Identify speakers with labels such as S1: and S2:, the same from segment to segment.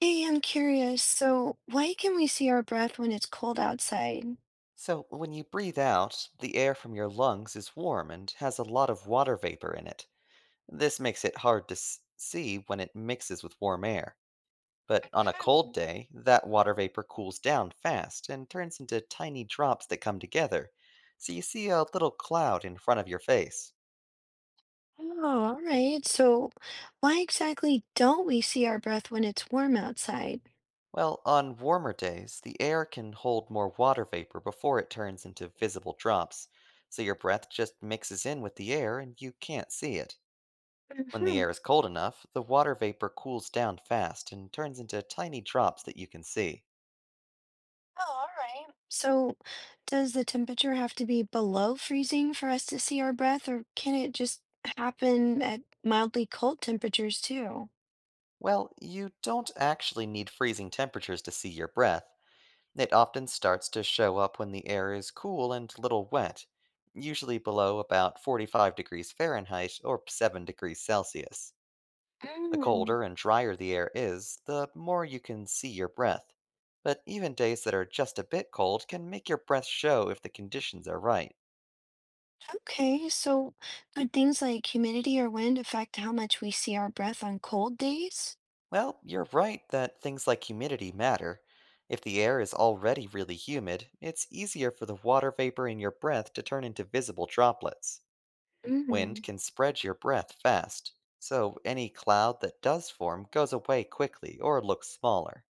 S1: Hey, I'm curious. So, why can we see our breath when it's cold outside?
S2: So, when you breathe out, the air from your lungs is warm and has a lot of water vapor in it. This makes it hard to see when it mixes with warm air. But on a cold
S1: Mhm.
S2: day, that water vapor cools down fast and turns into tiny drops that come together, so you see a little cloud in front of your face.
S1: Oh, all right. So, why exactly don't we see our breath when it's warm outside?
S2: Well, on warmer days, the air can hold more water vapor before it turns into visible drops, so your breath just mixes in with the air and you can't see it. When the
S1: Hmm.
S2: air is cold enough, the water vapor cools down fast and turns into tiny drops that you can see.
S1: Oh, all right. So, does the temperature have to be below freezing for us to see our breath, or can it just happen at mildly cold temperatures too?
S2: Well, you don't actually need freezing temperatures to see your breath. It often starts to show up when the air is cool and a little wet, usually below about 45 degrees Fahrenheit or 7 degrees Celsius. The
S1: Mm,
S2: colder and drier the air is, the more you can see your breath. But even days that are just a bit cold can make your breath show if the conditions are right.
S1: okay. So, could things like humidity or wind affect how much we see our breath on cold days?
S2: Well, you're right that things like humidity matter. If the air is already really humid, it's easier for the water vapor in your breath to turn into visible droplets.
S1: Hmm.
S2: Wind can spread your breath fast, so any cloud that does form goes away quickly or looks smaller.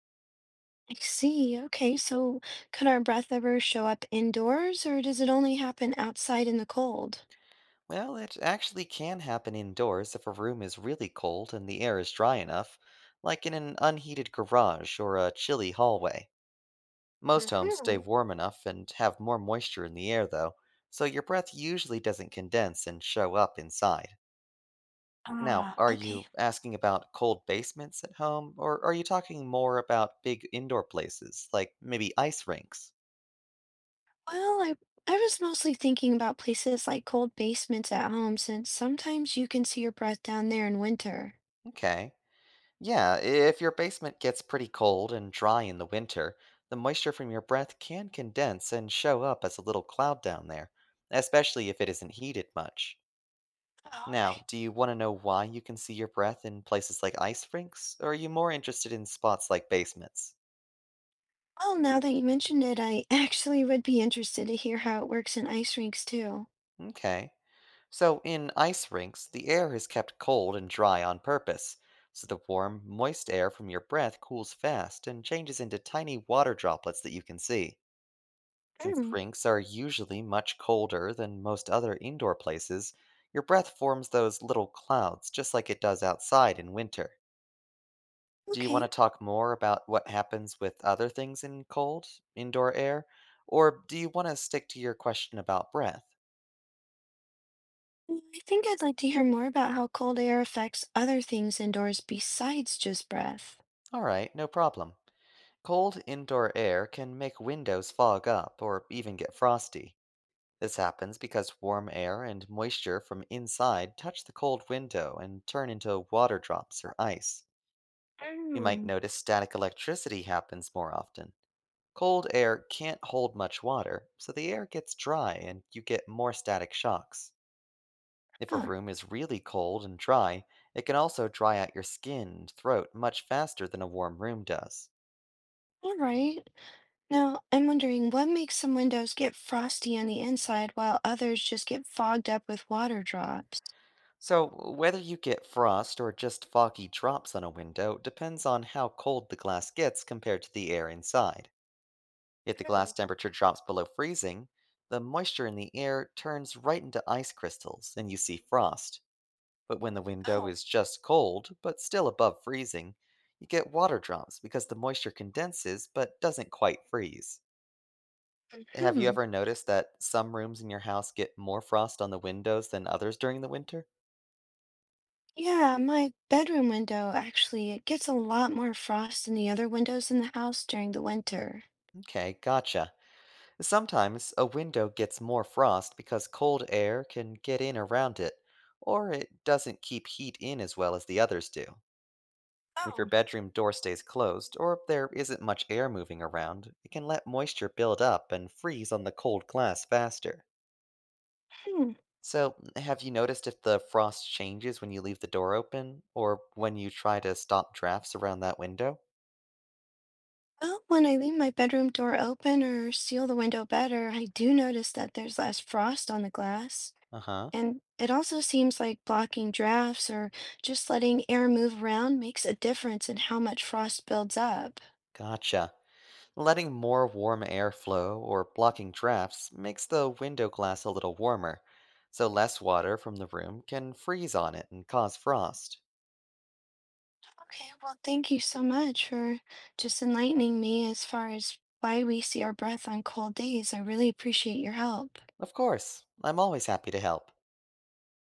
S1: I see. Okay, so could our breath ever show up indoors, or does it only happen outside in the cold?
S2: Well, it actually can happen indoors if a room is really cold and the air is dry enough, like in an unheated garage or a chilly hallway. Most homes stay
S1: Hmm.
S2: warm enough and have more moisture in the air, though, so your breath usually doesn't condense and show up inside. Now,
S1: Ah,
S2: are
S1: okay.
S2: you asking about cold basements at home, or are you talking more about big indoor places, like maybe ice rinks?
S1: Well, I was mostly thinking about places like cold basements at home, since sometimes you can see your breath down there in winter.
S2: Okay. Yeah, if your basement gets pretty cold and dry in the winter, the moisture from your breath can condense and show up as a little cloud down there, especially if it isn't heated much.
S1: All right.
S2: Now, do you want to know why you can see your breath in places like ice rinks, or are you more interested in spots like basements?
S1: Well, now that you mentioned it, I actually would be interested to hear how it works in ice rinks too.
S2: Okay. So, in ice rinks, the air is kept cold and dry on purpose, so the warm, moist air from your breath cools fast and changes into tiny water droplets that you can see. Since
S1: Mm.
S2: rinks are usually much colder than most other indoor places, your breath forms those little clouds just like it does outside in winter. Do you want
S1: Okay.
S2: to talk more about what happens with other things in cold, indoor air? Or do you want to stick to your question about breath?
S1: Well, I think I'd like to hear more about how cold air affects other things indoors besides just breath.
S2: Alright, no problem. Cold indoor air can make windows fog up or even get frosty. This happens because warm air and moisture from inside touch the cold window and turn into water drops or ice. You might notice static electricity happens more often. Cold air can't hold much water, so the air gets dry and you get more static shocks. If a
S1: Huh.
S2: room is really cold and dry, it can also dry out your skin and throat much faster than a warm room does.
S1: All right. Now, I'm wondering what makes some windows get frosty on the inside while others just get fogged up with water drops?
S2: So, whether you get frost or just foggy drops on a window depends on how cold the glass gets compared to the air inside. If the glass
S1: Oh,
S2: temperature drops below freezing, the moisture in the air turns right into ice crystals and you see frost. But when the window
S1: oh.
S2: is just cold, but still above freezing, you get water drops because the moisture condenses but doesn't quite freeze. Have you
S1: Hmm.
S2: ever noticed that some rooms in your house get more frost on the windows than others during the winter?
S1: Yeah, my bedroom window actually, it gets a lot more frost than the other windows in the house during the winter.
S2: Okay, gotcha. Sometimes a window gets more frost because cold air can get in around it, or it doesn't keep heat in as well as the others do. If your
S1: Oh.
S2: bedroom door stays closed, or if there isn't much air moving around, it can let moisture build up and freeze on the cold glass faster.
S1: Hmm.
S2: So, have you noticed if the frost changes when you leave the door open, or when you try to stop drafts around that window?
S1: Well, when I leave my bedroom door open or seal the window better, I do notice that there's less frost on the glass.
S2: Uh-huh.
S1: And it also seems like blocking drafts or just letting air move around makes a difference in how much frost builds up.
S2: Gotcha. Letting more warm air flow or blocking drafts makes the window glass a little warmer, so less water from the room can freeze on it and cause frost.
S1: Okay, well, thank you so much for just enlightening me as far as why we see our breath on cold days. I really appreciate your help.
S2: Of course, I'm always happy to help.